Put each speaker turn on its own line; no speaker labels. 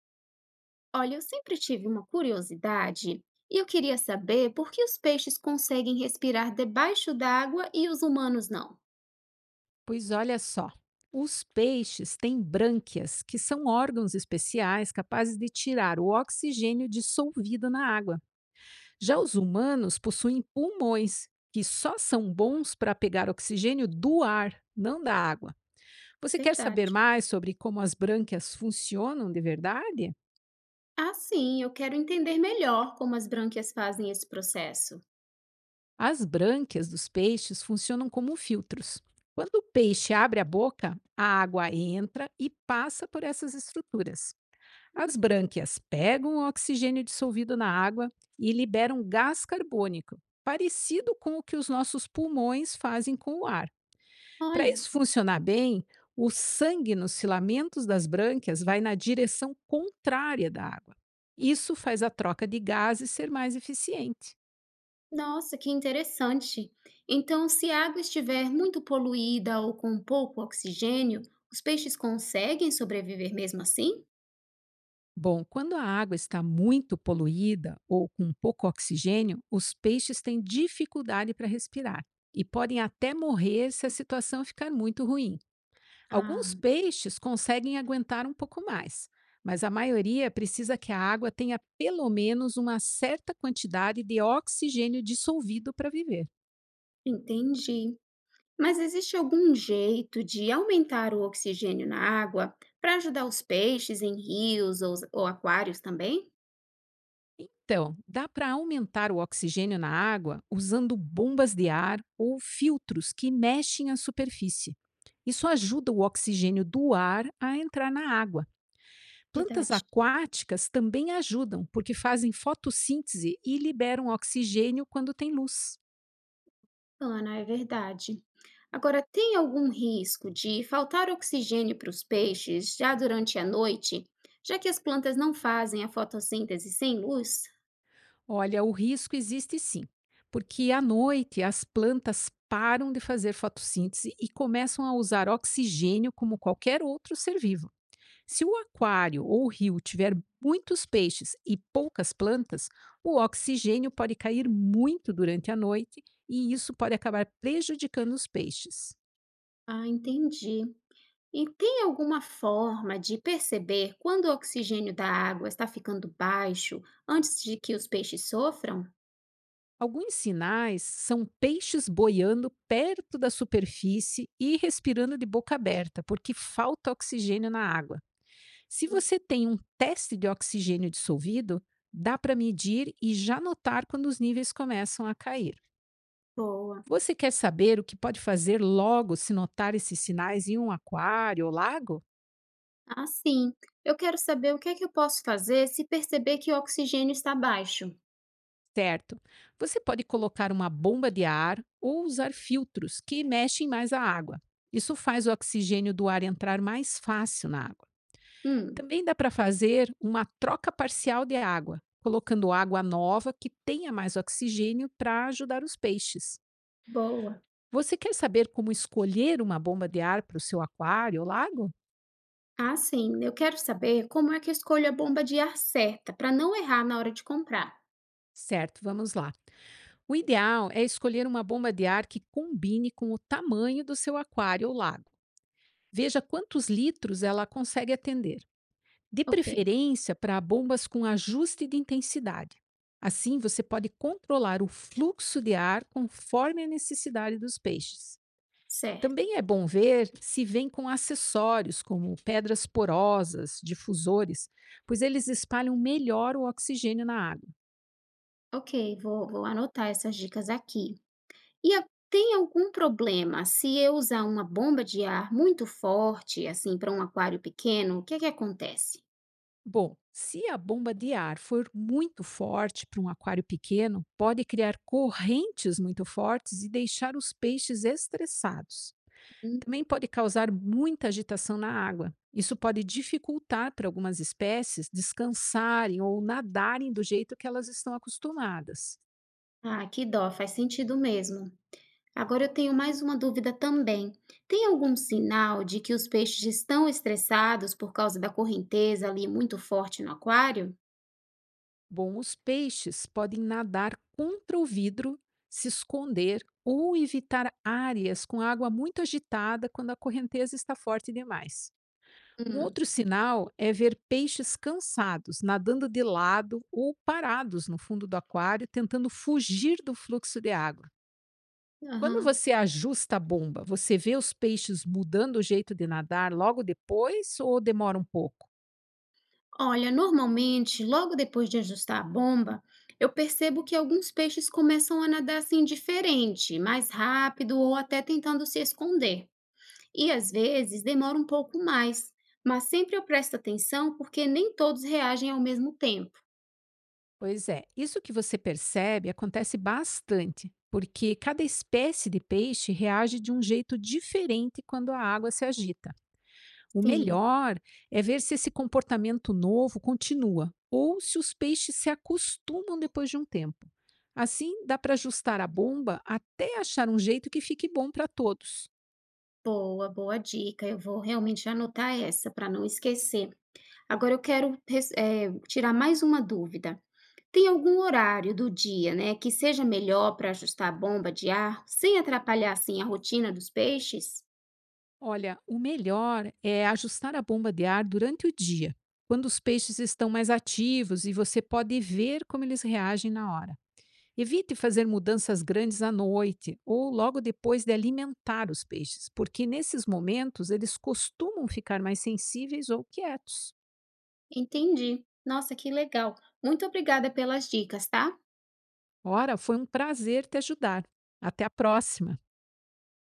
Olha, eu sempre tive uma curiosidade e eu queria saber por que os peixes conseguem respirar debaixo d'água e os humanos não.
Pois olha só, os peixes têm brânquias, que são órgãos especiais capazes de tirar o oxigênio dissolvido na água. Já os humanos possuem pulmões, que só são bons para pegar oxigênio do ar, não da água. Você quer saber
Verdade.
mais sobre como as brânquias funcionam de verdade?
Ah, sim, eu quero entender melhor como as brânquias fazem esse processo.
As brânquias dos peixes funcionam como filtros. Quando o peixe abre a boca, a água entra e passa por essas estruturas. As brânquias pegam o oxigênio dissolvido na água e liberam gás carbônico, parecido com o que os nossos pulmões fazem com o ar. Para
Olha,
isso funcionar bem, o sangue nos filamentos das brânquias vai na direção contrária da água. Isso faz a troca de gases ser mais eficiente.
nossa, que interessante. Então, se a água estiver muito poluída ou com pouco oxigênio, os peixes conseguem sobreviver mesmo assim?
Bom, quando a água está muito poluída ou com pouco oxigênio, os peixes têm dificuldade para respirar e podem até morrer se a situação ficar muito ruim. Alguns
Ah,
peixes conseguem aguentar um pouco mais, mas a maioria precisa que a água tenha pelo menos uma certa quantidade de oxigênio dissolvido para viver.
entendi. Mas existe algum jeito de aumentar o oxigênio na água para ajudar os peixes em rios ou aquários também?
Então, dá para aumentar o oxigênio na água usando bombas de ar ou filtros que mexem a superfície. Isso ajuda o oxigênio do ar a entrar na água. Plantas
Verdade,
aquáticas também ajudam, porque fazem fotossíntese e liberam oxigênio quando tem luz.
Ana, é verdade. Agora, tem algum risco de faltar oxigênio para os peixes já durante a noite, já que as plantas não fazem a fotossíntese sem luz?
Olha, o risco existe sim, porque à noite as plantas param de fazer fotossíntese e começam a usar oxigênio como qualquer outro ser vivo. Se o aquário ou o rio tiver muitos peixes e poucas plantas, o oxigênio pode cair muito durante a noite e isso pode acabar prejudicando os peixes.
Ah, entendi. E tem alguma forma de perceber quando o oxigênio da água está ficando baixo antes de que os peixes sofram?
Alguns sinais são peixes boiando perto da superfície e respirando de boca aberta, porque falta oxigênio na água. Se você tem um teste de oxigênio dissolvido, dá para medir e já notar quando os níveis começam a cair.
Boa.
Você quer saber o que pode fazer logo se notar esses sinais em um aquário ou lago?
Ah, sim. Eu quero saber o que é que eu posso fazer se perceber que o oxigênio está baixo.
Certo. Você pode colocar uma bomba de ar ou usar filtros que mexem mais a água. Isso faz o oxigênio do ar entrar mais fácil na água.
Hum,
Também dá para fazer uma troca parcial de água, colocando água nova que tenha mais oxigênio para ajudar os peixes.
boa.
Você quer saber como escolher uma bomba de ar para o seu aquário ou lago?
Ah, sim. Eu quero saber como é que eu escolho a bomba de ar certa para não errar na hora de comprar.
Certo, vamos lá. O ideal é escolher uma bomba de ar que combine com o tamanho do seu aquário ou lago. Veja quantos litros ela consegue atender. De
Ok,
preferência para bombas com ajuste de intensidade. Assim, você pode controlar o fluxo de ar conforme a necessidade dos peixes.
certo.
Também é bom ver se vem com acessórios, como pedras porosas, difusores, pois eles espalham melhor o oxigênio na água.
Ok, vou anotar essas dicas aqui. E a- Tem algum problema se eu usar uma bomba de ar muito forte, assim, para um aquário pequeno? O que é que acontece?
Bom, se a bomba de ar for muito forte para um aquário pequeno, pode criar correntes muito fortes e deixar os peixes estressados.
Hum.
Também pode causar muita agitação na água. Isso pode dificultar para algumas espécies descansarem ou nadarem do jeito que elas estão acostumadas.
Ah, que dó, faz sentido mesmo. Agora eu tenho mais uma dúvida também. Tem algum sinal de que os peixes estão estressados por causa da correnteza ali muito forte no aquário?
Bom, os peixes podem nadar contra o vidro, se esconder ou evitar áreas com água muito agitada quando a correnteza está forte demais. Um
Hum,
outro sinal é ver peixes cansados, nadando de lado ou parados no fundo do aquário, tentando fugir do fluxo de água. Quando
aham.
você ajusta a bomba, você vê os peixes mudando o jeito de nadar logo depois ou demora um pouco?
Olha, normalmente, logo depois de ajustar a bomba, eu percebo que alguns peixes começam a nadar assim diferente, mais rápido ou até tentando se esconder. E às vezes demora um pouco mais, mas sempre eu presto atenção porque nem todos reagem ao mesmo tempo.
Pois é, isso que você percebe acontece bastante, porque cada espécie de peixe reage de um jeito diferente quando a água se agita. O
Sim.
melhor é ver se esse comportamento novo continua ou se os peixes se acostumam depois de um tempo. Assim, dá para ajustar a bomba até achar um jeito que fique bom para todos.
Boa, boa dica. Eu vou realmente anotar essa para não esquecer. Agora eu quero tirar mais uma dúvida. Tem algum horário do dia, né, que seja melhor para ajustar a bomba de ar, sem atrapalhar assim a rotina dos peixes?
Olha, o melhor é ajustar a bomba de ar durante o dia, quando os peixes estão mais ativos e você pode ver como eles reagem na hora. Evite fazer mudanças grandes à noite ou logo depois de alimentar os peixes, porque nesses momentos eles costumam ficar mais sensíveis ou quietos.
Entendi. Nossa, que legal. Muito obrigada pelas dicas, tá?
Ora, foi um prazer te ajudar. Até a próxima!